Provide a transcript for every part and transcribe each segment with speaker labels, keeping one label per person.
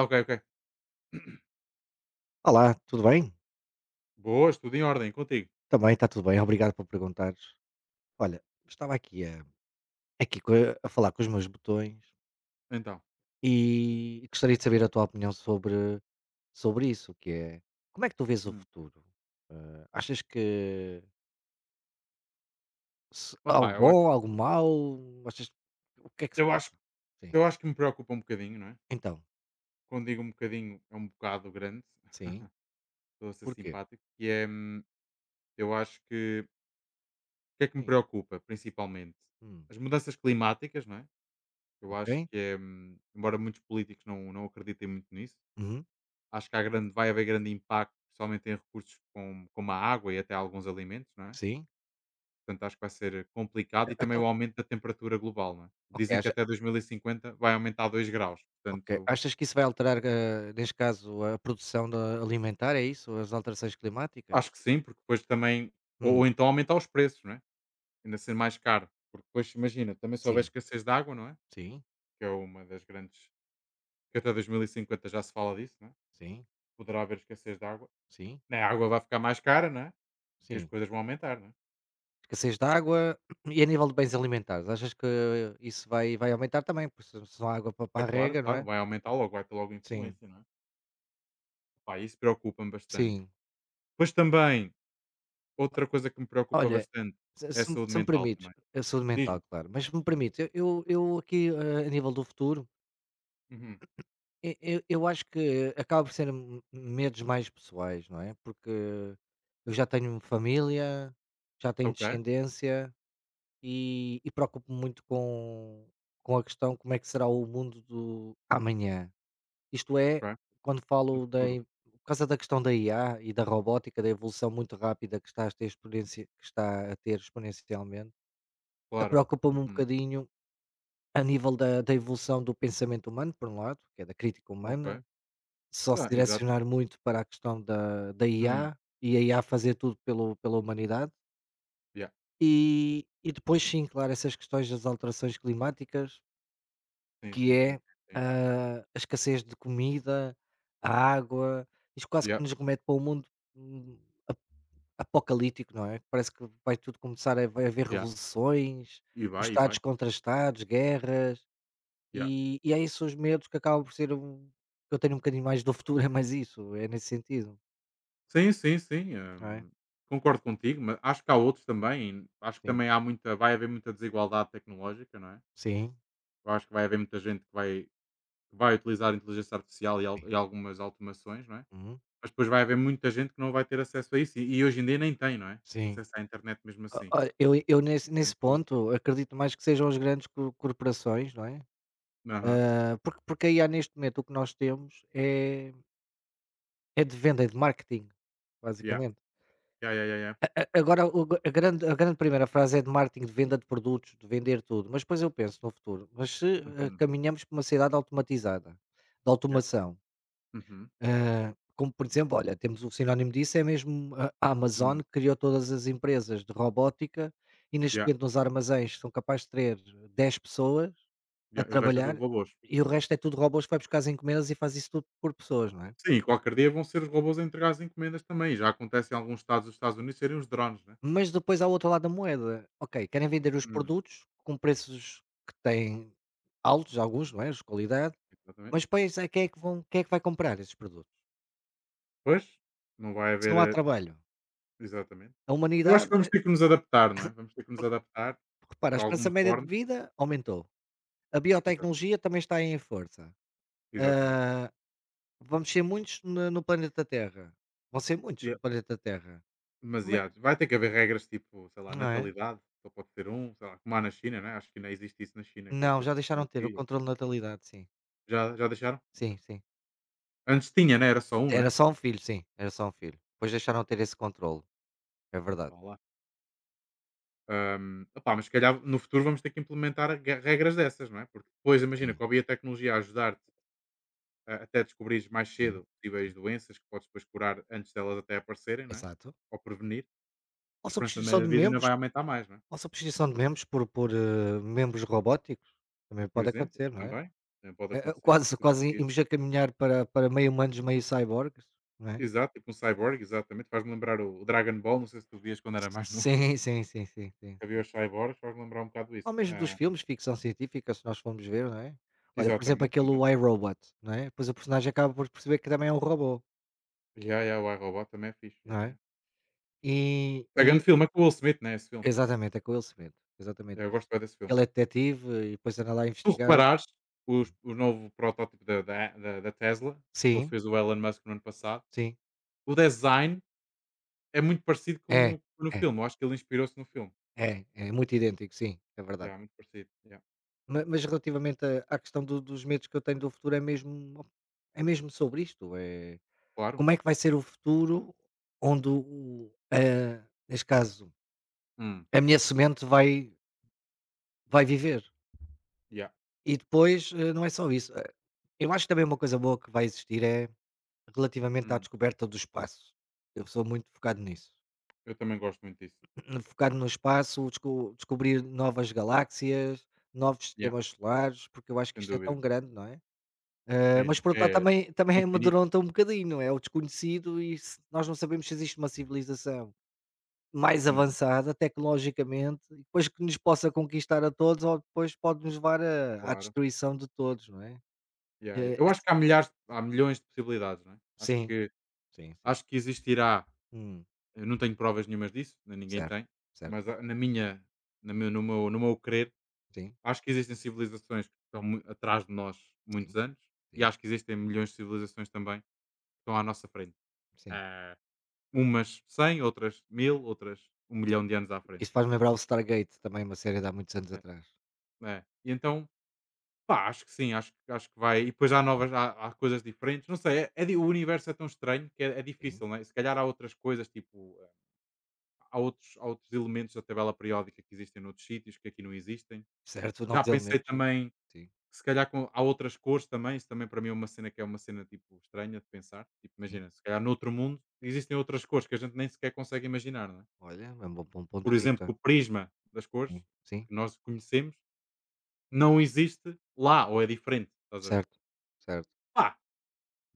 Speaker 1: Ok, ok.
Speaker 2: Olá, tudo bem?
Speaker 1: Boas, tudo em ordem, contigo.
Speaker 2: Também está tudo bem, obrigado por perguntares. Olha, estava aqui a, aqui co- a falar com os meus botões
Speaker 1: Então,
Speaker 2: e gostaria de saber a tua opinião sobre isso, que é como é que tu vês o
Speaker 1: Hum.
Speaker 2: futuro? Achas que algo
Speaker 1: Opá,
Speaker 2: bom, algo mau? Achas o que é que se
Speaker 1: eu acho,
Speaker 2: passa? Sim.
Speaker 1: eu acho que me preocupa um bocadinho, não é?
Speaker 2: Então,
Speaker 1: Quando digo um bocadinho, é um bocado grande,
Speaker 2: sim.
Speaker 1: estou a ser
Speaker 2: Porquê?
Speaker 1: simpático, que é, eu acho que, o que é que me
Speaker 2: Sim.
Speaker 1: preocupa, principalmente?
Speaker 2: Hum,
Speaker 1: As mudanças climáticas, não é? Eu
Speaker 2: ok.
Speaker 1: acho que é, embora muitos políticos não acreditem muito nisso,
Speaker 2: Uhum,
Speaker 1: acho que vai haver grande impacto, principalmente em recursos como a água e até alguns alimentos, não é?
Speaker 2: sim.
Speaker 1: Portanto, acho que vai ser complicado e também
Speaker 2: Então,
Speaker 1: o aumento da temperatura global, não é? Dizem que
Speaker 2: ok.
Speaker 1: até 2050 vai aumentar 2 graus.
Speaker 2: Ok.
Speaker 1: Portanto,
Speaker 2: Achas que isso vai alterar, neste caso, a produção da alimentar, é isso? As alterações climáticas?
Speaker 1: acho que sim, porque depois também. Ou,
Speaker 2: Hum,
Speaker 1: ou então aumentar os preços, não é? Ainda ser mais caro. Porque depois, imagina, também se houver
Speaker 2: sim,
Speaker 1: escassez de água, não é?
Speaker 2: sim,
Speaker 1: Que é uma das grandes. Que até 2050 já se fala disso, não é?
Speaker 2: sim,
Speaker 1: Poderá haver escassez de água.
Speaker 2: sim,
Speaker 1: Né, a água vai ficar mais cara, não é? E as
Speaker 2: sim.
Speaker 1: coisas vão aumentar, não é?
Speaker 2: Escassez de água e a nível de bens alimentares, achas que isso vai aumentar também? Porque se não há água para
Speaker 1: É
Speaker 2: para a
Speaker 1: claro,
Speaker 2: rega, não
Speaker 1: claro,
Speaker 2: é?
Speaker 1: vai aumentar logo, vai ter logo
Speaker 2: Sim,
Speaker 1: influência, não é? Pá, isso preocupa-me bastante.
Speaker 2: sim.
Speaker 1: Depois também. Outra coisa que me preocupa
Speaker 2: Olha,
Speaker 1: bastante
Speaker 2: se,
Speaker 1: é a
Speaker 2: se me
Speaker 1: saúde
Speaker 2: se me
Speaker 1: mental
Speaker 2: permites,
Speaker 1: também.
Speaker 2: eu sou de mental,
Speaker 1: Diz-me.
Speaker 2: claro, mas se me permites, eu aqui a nível do futuro.
Speaker 1: Uhum.
Speaker 2: E eu acho que acaba por ser m medos mais pessoais, não é, porque eu já tenho família, já tenho
Speaker 1: Ok,
Speaker 2: descendência e preocupo-me muito com a questão como é que será o mundo do amanhã. Isto
Speaker 1: ok.
Speaker 2: é, quando
Speaker 1: No
Speaker 2: falo da
Speaker 1: futuro,
Speaker 2: in por causa da questão da IA e da robótica, da evolução muito rápida que está a ter exponencialmente,
Speaker 1: claro.
Speaker 2: preocupa-me um
Speaker 1: Uhum.
Speaker 2: bocadinho a nível da evolução do pensamento humano, por um lado, que é da crítica
Speaker 1: Ok.
Speaker 2: humana, só se
Speaker 1: Tá, exato.
Speaker 2: direcionar muito para a questão da
Speaker 1: Hum.
Speaker 2: IA, e a IA fazer tudo pelo pela humanidade.
Speaker 1: Yeah.
Speaker 2: E depois sim, claro, essas questões das alterações climáticas,
Speaker 1: Sim,
Speaker 2: que
Speaker 1: sim, sim,
Speaker 2: é,
Speaker 1: sim, sim.
Speaker 2: a escassez de comida, a água, isto quase que
Speaker 1: Yeah,
Speaker 2: nos remete para um mundo, hum, apocalíptico, não é? Parece que vai tudo começar a vai haver
Speaker 1: yeah.
Speaker 2: revoluções,
Speaker 1: E
Speaker 2: os
Speaker 1: vai, e
Speaker 2: Estados
Speaker 1: vai.
Speaker 2: contra Estados, guerras,
Speaker 1: Yeah.
Speaker 2: e é isso os medos que acabam por ser um que eu tenho um bocadinho mais do futuro, é mais isso, é nesse sentido,
Speaker 1: Sim, sim, sim.
Speaker 2: não é?
Speaker 1: Concordo contigo, mas acho que há outros também. Acho que
Speaker 2: Sim.
Speaker 1: também vai haver muita desigualdade tecnológica, não é?
Speaker 2: Sim.
Speaker 1: Eu acho que vai haver muita gente que vai utilizar a inteligência artificial e,
Speaker 2: Sim.
Speaker 1: e algumas automações, não é?
Speaker 2: Uhum.
Speaker 1: Mas depois vai haver muita gente que não vai ter acesso a isso e hoje em dia nem tem, não é?
Speaker 2: Sim.
Speaker 1: Acesso à internet mesmo
Speaker 2: O
Speaker 1: assim.
Speaker 2: olha, eu nesse
Speaker 1: Portanto
Speaker 2: ponto acredito mais que sejam as grandes co corporações, não é?
Speaker 1: aham,
Speaker 2: Porque aí IA neste momento o que nós temos é de venda, é de marketing,
Speaker 1: yeah,
Speaker 2: basicamente.
Speaker 1: yeah, yeah, yeah, yeah.
Speaker 2: A agora o gr- a grande primeira frase é de marketing, de venda de produtos, de vender tudo, mas depois eu penso no futuro, mas se,
Speaker 1: Uhum,
Speaker 2: caminhamos para uma sociedade automatizada, de
Speaker 1: yeah,
Speaker 2: automação.
Speaker 1: uhum,
Speaker 2: Como por exemplo, olha, temos um sinónimo disso, é mesmo a Amazon
Speaker 1: hum,
Speaker 2: que criou todas as empresas de robótica e neste
Speaker 1: yeah,
Speaker 2: momento nos armazéns são capazes de ter 10 pessoas a
Speaker 1: yeah, o resto é tudo
Speaker 2: trabalhar
Speaker 1: robôs.
Speaker 2: e o resto é tudo robôs que vai buscar as encomendas e faz isso tudo por pessoas, não é?
Speaker 1: Sim, e qualquer dia vão ser os robôs a entregar as encomendas também, já acontece em alguns estados dos Estados Unidos serem os drones, né?
Speaker 2: Mas depois há o outro lado da moeda. Ok, querem vender os
Speaker 1: Hum,
Speaker 2: produtos com preços que têm altos, alguns, não é? De qualidade,
Speaker 1: exatamente.
Speaker 2: mas depois é quem é que vai comprar esses produtos?
Speaker 1: Pois, não vai
Speaker 2: Se
Speaker 1: haver,
Speaker 2: não há trabalho.
Speaker 1: exatamente.
Speaker 2: A
Speaker 1: Eu acho
Speaker 2: humanidade,
Speaker 1: que vamos ter que nos adaptar, não é? Vamos ter que nos adaptar
Speaker 2: repara, a
Speaker 1: de
Speaker 2: esperança
Speaker 1: alguma
Speaker 2: média de
Speaker 1: forma.
Speaker 2: vida aumentou. A biotecnologia
Speaker 1: Exatamente,
Speaker 2: também está em força.
Speaker 1: exatamente.
Speaker 2: Ah, Vamos ser muitos no planeta Terra. Vão ser muitos
Speaker 1: Yeah.
Speaker 2: no planeta Terra. Como é
Speaker 1: Demasiados. Vai ter que haver regras tipo, sei lá,
Speaker 2: Não é?
Speaker 1: natalidade, só pode ter um, sei lá, como há na China, né? Acho que não existe isso na China, que é
Speaker 2: Não,
Speaker 1: só
Speaker 2: já
Speaker 1: pode ter
Speaker 2: deixaram
Speaker 1: um
Speaker 2: de ter o
Speaker 1: filho.
Speaker 2: controle de natalidade, sim.
Speaker 1: Já deixaram? Ok.
Speaker 2: Sim, sim.
Speaker 1: Antes tinha, né? Era só um, não
Speaker 2: Era
Speaker 1: era?
Speaker 2: só um filho, sim, era só um filho. Depois deixaram de ter esse controle, é verdade.
Speaker 1: Vá lá. Opá, mas se calhar no futuro vamos ter que implementar regras dessas, não é? Porque depois, imagina,
Speaker 2: Sim,
Speaker 1: com a biotecnologia a ajudar-te até descobrires mais
Speaker 2: sim,
Speaker 1: cedo
Speaker 2: sim.
Speaker 1: possíveis doenças que podes depois curar antes delas até aparecerem, não é?
Speaker 2: Exato.
Speaker 1: Ou prevenir, a
Speaker 2: Ou
Speaker 1: esperança
Speaker 2: substituição
Speaker 1: da
Speaker 2: de
Speaker 1: vida ainda
Speaker 2: membros
Speaker 1: vai aumentar mais, não é?
Speaker 2: ou substituição de membros por membros robóticos, também
Speaker 1: Por
Speaker 2: pode
Speaker 1: exemplo,
Speaker 2: acontecer, não é?
Speaker 1: também, também pode acontecer. E
Speaker 2: Quase
Speaker 1: tu
Speaker 2: quase
Speaker 1: conseguires
Speaker 2: irmos a caminhar para meio humanos, meio cyborgs, não é?
Speaker 1: exato, tipo um cyborg, exatamente, faz-me lembrar o Dragon Ball, não sei se tu vias quando era mais novo,
Speaker 2: Sim, sim, sim, sim, sim.
Speaker 1: havia os cyborgs, faz-me lembrar um bocado isso.
Speaker 2: Ou mesmo dos
Speaker 1: Ah,
Speaker 2: filmes de ficção científica, se nós formos ver, não é? Olha, por exemplo,
Speaker 1: exatamente,
Speaker 2: aquele
Speaker 1: também.
Speaker 2: o iRobot, não é? Depois o personagem acaba por perceber que também é um robô,
Speaker 1: Yeah, yeah, o iRobot também é fixe,
Speaker 2: não
Speaker 1: yeah,
Speaker 2: é?
Speaker 1: yeah.
Speaker 2: E,
Speaker 1: É grande
Speaker 2: e
Speaker 1: filme, é com o Will Smith, né, esse filme.
Speaker 2: exatamente, é com ele se vende, exatamente
Speaker 1: Eu
Speaker 2: isso.
Speaker 1: gosto bué desse filme.
Speaker 2: Ele é detetive e depois anda lá a
Speaker 1: Se tu
Speaker 2: investigar.
Speaker 1: reparares, os o novo protótipo da Tesla, que ele
Speaker 2: Sim,
Speaker 1: fez o Elon Musk no ano passado,
Speaker 2: sim,
Speaker 1: o design é muito parecido
Speaker 2: é,
Speaker 1: com no
Speaker 2: é,
Speaker 1: filme, eu acho que ele inspirou-se no filme.
Speaker 2: é muito idêntico, sim, é verdade.
Speaker 1: Yeah, muito parecido, yeah.
Speaker 2: Mas, relativamente à questão dos medos que eu tenho do futuro, é mesmo sobre isto.
Speaker 1: Claro.
Speaker 2: Como é que vai ser o futuro onde neste caso,
Speaker 1: Hum,
Speaker 2: a minha semente vai viver.
Speaker 1: yeah,
Speaker 2: E depois, não é só isso, eu acho que também uma coisa boa que vai existir é relativamente à
Speaker 1: hum.
Speaker 2: descoberta do espaço. Eu sou muito focado nisso.
Speaker 1: Eu também gosto muito disso.
Speaker 2: Focado no espaço, descobrir novas galáxias, novos
Speaker 1: Yeah,
Speaker 2: sistemas solares, porque eu acho que
Speaker 1: sem
Speaker 2: isto é
Speaker 1: dúvida.
Speaker 2: tão grande, não é?
Speaker 1: É
Speaker 2: Mas
Speaker 1: eno
Speaker 2: por outro lado
Speaker 1: é
Speaker 2: também
Speaker 1: é
Speaker 2: também
Speaker 1: infinito,
Speaker 2: amedronta um bocadinho, não é? O desconhecido e se nós não sabemos se existe uma civilização. Mais
Speaker 1: não,
Speaker 2: avançada tecnologicamente e depois que nos possa conquistar a todos ou depois pode nos levar a à
Speaker 1: claro.
Speaker 2: destruição de todos, não é?
Speaker 1: Yeah, yeah.
Speaker 2: Eh,
Speaker 1: Eu acho
Speaker 2: s
Speaker 1: que há milhões de possibilidades, não é? Acho
Speaker 2: Sim,
Speaker 1: que
Speaker 2: sim, sim.
Speaker 1: acho que existirá,
Speaker 2: Hum,
Speaker 1: eu não tenho provas nenhumas disso, nem ninguém
Speaker 2: certo,
Speaker 1: tem, mas
Speaker 2: certo.
Speaker 1: a na minha na meu no meu no meu crer,
Speaker 2: Sim,
Speaker 1: acho que existem civilizações que estão mui atrás de nós
Speaker 2: sim,
Speaker 1: muitos anos, e
Speaker 2: sim,
Speaker 1: acho que existem milhões de civilizações também que estão à nossa frente.
Speaker 2: sim.
Speaker 1: Ah, umas 100, outras 1000, outras 1 milhão de anos à frente.
Speaker 2: Isso faz-me lembrar o Stargate também, uma série de há muitos anos atrás.
Speaker 1: É, é. E então pá, acho que sim, acho, acho que vai. E depois há
Speaker 2: Hum,
Speaker 1: novas, há coisas diferentes. Não sei, o universo é tão estranho que é
Speaker 2: sim,
Speaker 1: difícil, não é? Se calhar há outras coisas, tipo, há outros elementos da tabela periódica que existem noutros sítios que aqui não existem.
Speaker 2: certo,
Speaker 1: Já
Speaker 2: Novos
Speaker 1: pensei
Speaker 2: Elementos, sim,
Speaker 1: também
Speaker 2: sim,
Speaker 1: que se calhar com, há outras cores também. Isso também para mim é uma cena que é uma cena tipo estranha de pensar. Tipo,
Speaker 2: sim.
Speaker 1: imagina, se calhar noutro mundo existem outras cores que a gente nem sequer consegue imaginar, não é?
Speaker 2: Olha, é um bom bom ponto
Speaker 1: Por
Speaker 2: de
Speaker 1: exemplo,
Speaker 2: vista.
Speaker 1: que o prisma das cores
Speaker 2: Sim, sim,
Speaker 1: que nós conhecemos não existe lá ou é diferente, estás a ver?
Speaker 2: certo, certo.
Speaker 1: Pá,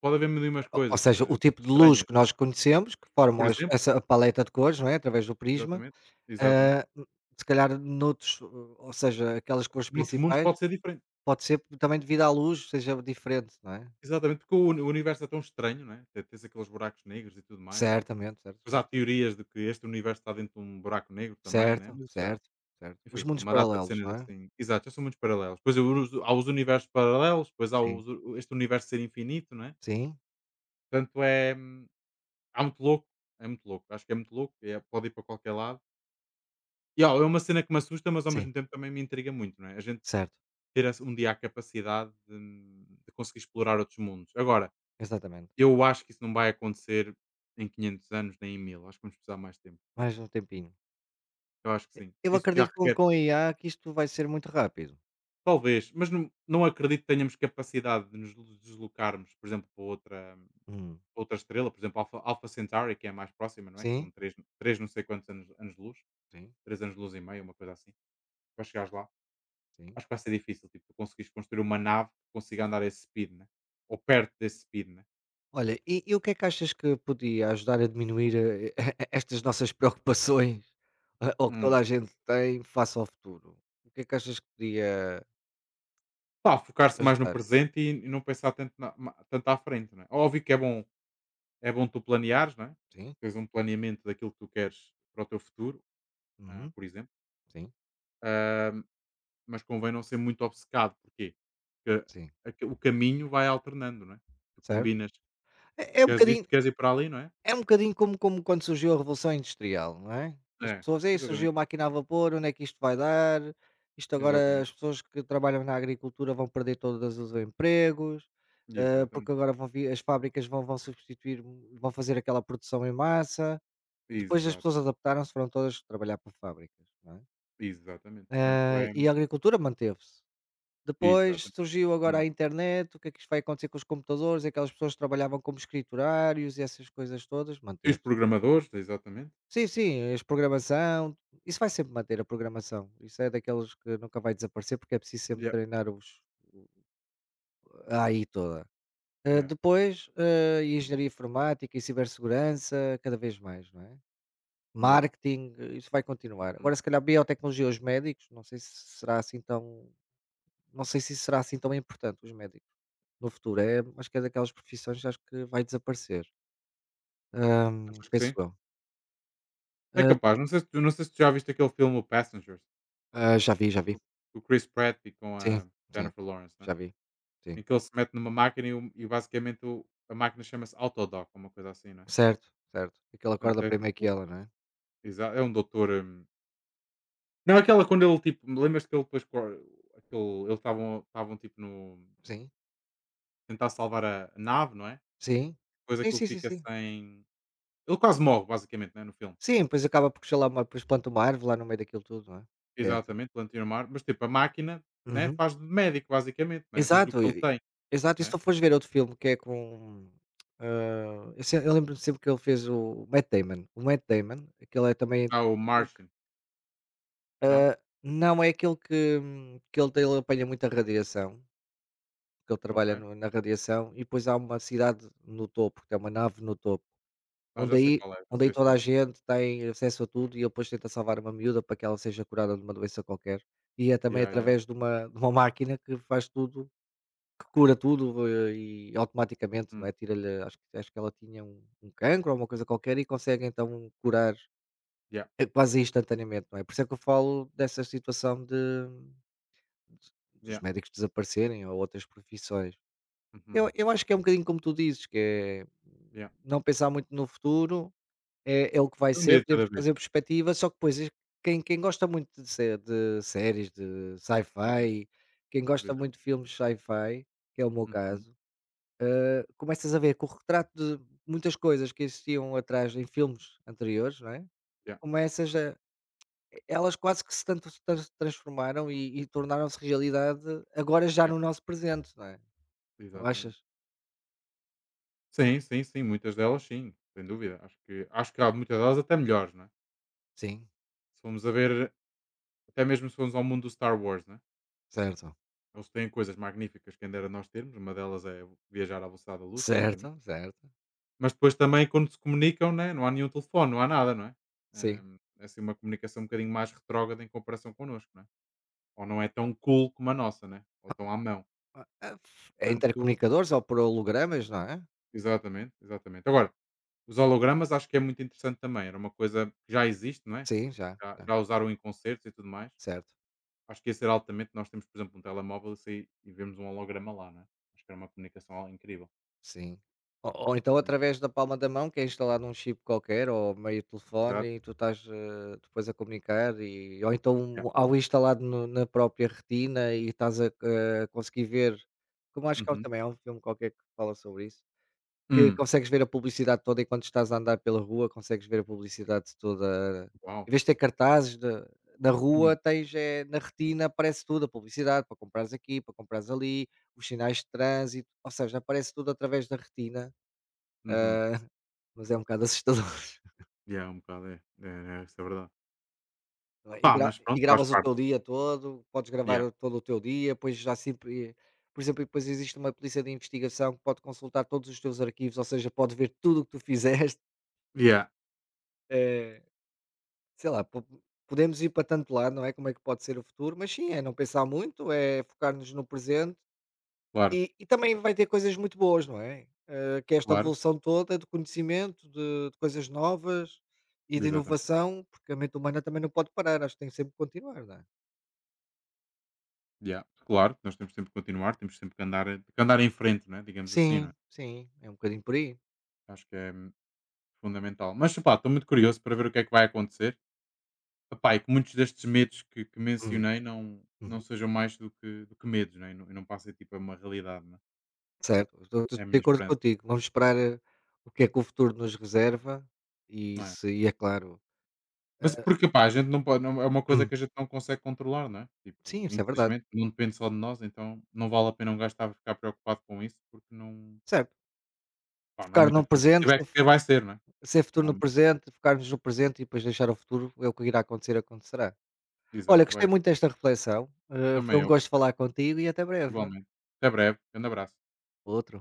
Speaker 1: pode haver mil umas
Speaker 2: O ou
Speaker 1: coisas,
Speaker 2: seja, o tipo de luz
Speaker 1: estranhas.
Speaker 2: que nós conhecemos, que formam
Speaker 1: Por
Speaker 2: as
Speaker 1: exemplo
Speaker 2: essa paleta de cores, não é, através do prisma.
Speaker 1: Exatamente, exatamente.
Speaker 2: Ah, hum, Se calhar noutros, ou seja, aquelas cores
Speaker 1: Noutros mundos
Speaker 2: principais,
Speaker 1: pode ser diferente.
Speaker 2: pode ser também devido à luz, seja diferente, não é?
Speaker 1: Exatamente, porque o universo é tão estranho, não é? Até tens aqueles buracos negros e tudo mais, não é?
Speaker 2: Certamente, certo,
Speaker 1: Pois há
Speaker 2: certo, certo.
Speaker 1: teorias de que este universo está dentro de um buraco negro também, não é?
Speaker 2: Certo,
Speaker 1: Mas isso já
Speaker 2: certo, certo. Os
Speaker 1: enfim, há
Speaker 2: mundos
Speaker 1: uma data de
Speaker 2: paralelos,
Speaker 1: cenas
Speaker 2: não é?
Speaker 1: assim exato, já são muitos paralelos. Pois há os universos paralelos, depois há
Speaker 2: Sim,
Speaker 1: os este universo ser infinito, não é?
Speaker 2: sim,
Speaker 1: Portanto é muito louco, é muito louco. Acho que é muito louco, pode ir para qualquer lado. E, ó, é uma cena que me assusta, mas ao
Speaker 2: sim,
Speaker 1: mesmo tempo também me intriga muito, não é? A gente
Speaker 2: certo,
Speaker 1: ter essa um dia a capacidade de conseguir explorar outros mundos. Agora,
Speaker 2: exatamente.
Speaker 1: eu acho que isso não vai acontecer em 500 anos nem em 1000. Acho que vamos precisar de mais tempo.
Speaker 2: Mais um tempinho.
Speaker 1: Eu acho que sim.
Speaker 2: E eu
Speaker 1: Isso já
Speaker 2: acredito que com
Speaker 1: requer
Speaker 2: com a IA que isto vai ser muito rápido.
Speaker 1: talvez, mas não acredito que tenhamos capacidade de nos deslocarmos, por exemplo, para outra
Speaker 2: Hum,
Speaker 1: estrela, por exemplo, Alpha Centauri, que é a mais próxima, não é, que
Speaker 2: sim,
Speaker 1: são três não sei quantos anos-luz,
Speaker 2: sim,
Speaker 1: 3,5 anos-luz, uma coisa assim, para chegares lá.
Speaker 2: sim.
Speaker 1: Acho que vai ser difícil, tipo, tu conseguires construir uma nave que consiga andar a esse speed, né, ou perto desse speed, né.
Speaker 2: Olha, e o que é que achas que podia ajudar a diminuir estas nossas preocupações, ou que
Speaker 1: Hum.
Speaker 2: toda a gente tem face ao futuro? O que é que achas que podia
Speaker 1: Pá, focar-se mais no
Speaker 2: ajudar?
Speaker 1: presente e não pensar tanto, tanto à frente, não é? Óbvio que é bom tu planeares, não é?
Speaker 2: Sim,
Speaker 1: Tens um planeamento daquilo que tu queres para o teu futuro, ah,
Speaker 2: uhum,
Speaker 1: por exemplo,
Speaker 2: sim,
Speaker 1: ah, mas convém não ser muito obcecado, porquê? Porque
Speaker 2: sim,
Speaker 1: o caminho vai alternando, não é? Tu
Speaker 2: certo?
Speaker 1: combinas,
Speaker 2: É um
Speaker 1: queres
Speaker 2: bocadinho.
Speaker 1: isto, queres ir para ali, não é?
Speaker 2: É um bocadinho como quando surgiu a Revolução Industrial, não é? As
Speaker 1: É,
Speaker 2: pessoas: aí surgiu a
Speaker 1: exatamente,
Speaker 2: máquina a vapor, onde é que isto vai dar? Isto agora
Speaker 1: exatamente,
Speaker 2: as pessoas que trabalham na agricultura vão perder todas os empregos,
Speaker 1: exatamente,
Speaker 2: porque agora vão vir as fábricas vão fazer aquela produção em massa. Depois as pessoas
Speaker 1: exatamente,
Speaker 2: adaptaram-se, foram todas trabalhar para fábricas, não é?
Speaker 1: exatamente. Portanto,
Speaker 2: Hã,
Speaker 1: é,
Speaker 2: e a agricultura manteve-se. Depois
Speaker 1: exatamente.
Speaker 2: surgiu agora
Speaker 1: Hum.
Speaker 2: a internet, o que é que isto vai acontecer com os computadores? Aquelas pessoas que trabalhavam como escriturários e essas coisas todas,
Speaker 1: E os
Speaker 2: manteve-se.
Speaker 1: programadores, exatamente.
Speaker 2: Sim, sim, as programação, isso vai sempre manter a programação. Isso é daqueles que nunca vai desaparecer porque é preciso sempre
Speaker 1: Yeah,
Speaker 2: treinar os a AI toda.
Speaker 1: yeah,
Speaker 2: Depois, engenharia informática e cibersegurança, cada vez mais, não é?
Speaker 1: yeah.
Speaker 2: Marketing, isso vai continuar.
Speaker 1: Hum.
Speaker 2: Agora, se calhar, biotecnologia, os médicos, não sei se será assim tão. Não sei se isso será assim tão importante, os médicos, no futuro. É, acho que é daquelas profissões que acho que vai desaparecer. Ahm,
Speaker 1: Achas que
Speaker 2: Penso
Speaker 1: sim?
Speaker 2: eu.
Speaker 1: É
Speaker 2: Ah,
Speaker 1: capaz, não sei se tu, não sei se tu já viste aquele filme O Passengers,
Speaker 2: Já vi, já vi.
Speaker 1: com com o Chris Pratt e com
Speaker 2: Sim,
Speaker 1: a
Speaker 2: sim,
Speaker 1: Jennifer Lawrence, né?
Speaker 2: já vi. Sim.
Speaker 1: Em que ele se mete numa máquina e, e basicamente a máquina chama-se Autodoc, uma coisa assim, né?
Speaker 2: Certo, certo. Aquele acorda
Speaker 1: Portanto, é
Speaker 2: primeiro que
Speaker 1: tipo,
Speaker 2: ela, não é?
Speaker 1: é um doutor. Não, aquela quando ele tipo, me lembras que ele depois aquele, eles estavam tipo no
Speaker 2: Sim,
Speaker 1: tentar salvar a nave, não é?
Speaker 2: sim.
Speaker 1: Depois
Speaker 2: Sim,
Speaker 1: aquilo
Speaker 2: sim, sim,
Speaker 1: fica
Speaker 2: sim.
Speaker 1: sem. Ele quase morre, basicamente, né, no filme.
Speaker 2: Sim, depois acaba por sei lá, uma depois planta uma árvore lá no meio daquilo tudo, não é? É essa.
Speaker 1: Exatamente, plantio no mar, mas tipo, a máquina né,
Speaker 2: Uhum.
Speaker 1: faz de médico, basicamente, né? Diz-lhe o
Speaker 2: Exato,
Speaker 1: que ele
Speaker 2: e
Speaker 1: tem,
Speaker 2: exato. E se
Speaker 1: né?
Speaker 2: tu fores ver outro filme que é com, eu se eu lembro-me sempre que ele fez o Matt Damon. O Matt Damon, aquele é também
Speaker 1: Há o
Speaker 2: o que
Speaker 1: Martian. Não?
Speaker 2: não, é aquele que ele apanha muita radiação, que ele
Speaker 1: Ok.
Speaker 2: trabalha no na radiação e depois há uma cidade no topo, que é uma nave no topo.
Speaker 1: Ah,
Speaker 2: Onde
Speaker 1: já sei
Speaker 2: aí
Speaker 1: qual é, já
Speaker 2: onde aí
Speaker 1: sei esse
Speaker 2: toda a
Speaker 1: filme.
Speaker 2: gente tem acesso a tudo e ele depois tenta salvar uma miúda para que ela seja curada de uma doença qualquer. E é também
Speaker 1: Yeah, yeah.
Speaker 2: através de uma máquina que faz tudo, que cura tudo, e automaticamente, não é,
Speaker 1: Hum.
Speaker 2: tira-lhe acho que ela tinha um cancro ou uma coisa qualquer e consegue então curar,
Speaker 1: Yeah,
Speaker 2: quase instantaneamente, não é? Por isso é que eu falo dessa situação de dos
Speaker 1: yeah.
Speaker 2: médicos desaparecerem ou outras profissões.
Speaker 1: Uhum.
Speaker 2: Eu acho que é um bocadinho como tu dizes, que é
Speaker 1: Yeah.
Speaker 2: não pensar muito no futuro, é o que vai
Speaker 1: Um dia
Speaker 2: ser,
Speaker 1: de
Speaker 2: podemos
Speaker 1: cada vez.
Speaker 2: fazer perspectiva, só que depois e quem gosta muito de sé de séries de
Speaker 1: Yeah,
Speaker 2: sci-fi, quem
Speaker 1: por
Speaker 2: gosta muito
Speaker 1: exemplo.
Speaker 2: de filmes sci-fi, que é o meu
Speaker 1: Uhum.
Speaker 2: caso, começas a ver que o retrato de muitas coisas que existiam atrás em filmes anteriores, não é,
Speaker 1: Yeah,
Speaker 2: começas a elas quase que se tanto se transformaram e tornaram-se realidade agora já
Speaker 1: yeah.
Speaker 2: no nosso presente, não é, não
Speaker 1: Exatamente.
Speaker 2: achas?
Speaker 1: Sim, sim, sim. Muitas delas sim, sem dúvida. Acho que há muitas delas até melhores, não é?
Speaker 2: Sim,
Speaker 1: Se formos a ver, até mesmo se formos ao mundo do Star Wars, não é?
Speaker 2: certo,
Speaker 1: Eles têm coisas magníficas que ainda era nós termos, uma delas é viajar à velocidade da luz, basicamente.
Speaker 2: certo, certo,
Speaker 1: Mas depois também quando se comunicam, né? Não há nenhum telefone, não há nada, não é?
Speaker 2: sim.
Speaker 1: É assim uma comunicação um bocadinho mais retrógrada em comparação connosco, não é? Ou não é tão cool como a nossa, né? Ou tão à mão.
Speaker 2: Ah, f É
Speaker 1: Portanto
Speaker 2: intercomunicadores ou por hologramas, não é?
Speaker 1: Exatamente, exatamente. Agora, os hologramas acho que é muito interessante também, era uma coisa que já existe, não é?
Speaker 2: Sim, já,
Speaker 1: Já
Speaker 2: já,
Speaker 1: já usaram em concertos e tudo mais.
Speaker 2: certo,
Speaker 1: Acho que ia ser altamente nós temos, por exemplo, um telemóvel e sair e vemos um holograma lá, não é? Acho que era uma comunicação incrível.
Speaker 2: sim. Ou então através da palma da mão que é instalado um chip qualquer ou meio
Speaker 1: Exato.
Speaker 2: telefone e tu estás, depois a comunicar e ou então
Speaker 1: Yeah.
Speaker 2: um, ao instalado no na própria retina e estás a, conseguir ver, como acho que
Speaker 1: Uhum.
Speaker 2: há um filme qualquer que fala sobre isso. Que
Speaker 1: Hum.
Speaker 2: consegues ver a publicidade toda enquanto estás a andar pela rua, consegues ver a publicidade toda. Em
Speaker 1: Uau.
Speaker 2: vez de ter cartazes na rua,
Speaker 1: Hum.
Speaker 2: tens, na retina aparece tudo, a publicidade para comprares aqui, para comprares ali, os sinais de trânsito, ou seja, aparece tudo através da retina,
Speaker 1: Uhum.
Speaker 2: ah, mas é um bocado assustador,
Speaker 1: Yeah, um bocado é. É, é, isso é verdade.
Speaker 2: não é. E
Speaker 1: Pá,
Speaker 2: gra
Speaker 1: mas
Speaker 2: e
Speaker 1: pronto, faz
Speaker 2: gravas o
Speaker 1: parte.
Speaker 2: teu dia todo, podes gravar
Speaker 1: Yeah.
Speaker 2: todo o teu dia, depois já sempre, por exemplo, depois existe uma polícia de investigação que pode consultar todos os teus arquivos, ou seja, pode ver tudo o que tu fizeste.
Speaker 1: Yeah.
Speaker 2: Sei lá, po podemos ir para tanto lado, não é, como é que pode ser o futuro, mas sim, é não pensar muito, é focar-nos no presente
Speaker 1: Claro,
Speaker 2: e também vai ter coisas muito boas, não é? Que é esta
Speaker 1: claro.
Speaker 2: evolução toda de conhecimento, de coisas novas e de
Speaker 1: Exatamente.
Speaker 2: inovação, porque a mente humana também não pode parar, acho que tem sempre que sempre continuar, não é?
Speaker 1: Yeah, claro, nós temos sempre que continuar, temos sempre que andar em frente, né? Digamos assim, não é?
Speaker 2: Sim, sim, é um bocadinho por aí.
Speaker 1: Acho que é fundamental. Mas pá, estou muito curioso para ver o que é que vai acontecer. Epá, e que muitos destes medos que
Speaker 2: Hum,
Speaker 1: mencionei não
Speaker 2: uhum.
Speaker 1: sejam mais do que medos, né? E não passem tipo a uma realidade, né?
Speaker 2: Certo, estou
Speaker 1: É a
Speaker 2: de
Speaker 1: minha
Speaker 2: acordo
Speaker 1: esperança.
Speaker 2: contigo, vamos esperar, o que é que o futuro nos reserva e
Speaker 1: Não é?
Speaker 2: se e é claro, hã,
Speaker 1: Mas porque pá, a gente não pode, é uma coisa
Speaker 2: hum,
Speaker 1: que a gente não consegue controlar, não é?
Speaker 2: sim,
Speaker 1: Tipo,
Speaker 2: isso é verdade,
Speaker 1: infelizmente, não depende só de nós, então não vale a pena um gajo estar a ficar preocupado com isso, porque não,
Speaker 2: certo.
Speaker 1: pá, não há
Speaker 2: Focar
Speaker 1: muita
Speaker 2: no
Speaker 1: coisa. Se
Speaker 2: presente,
Speaker 1: tiver que
Speaker 2: ser
Speaker 1: ser, vai ser, não é?
Speaker 2: ser futuro
Speaker 1: Não há
Speaker 2: no
Speaker 1: muita coisa.
Speaker 2: presente, focarmos no presente e depois deixar o futuro, é o que irá acontecer, acontecerá. Olha,
Speaker 1: Exato,
Speaker 2: gostei
Speaker 1: vai.
Speaker 2: muito desta reflexão, foi
Speaker 1: Também
Speaker 2: um
Speaker 1: eu,
Speaker 2: gosto
Speaker 1: percebo.
Speaker 2: falar contigo e até breve.
Speaker 1: Igualmente. Até breve. Grande abraço.
Speaker 2: Outro.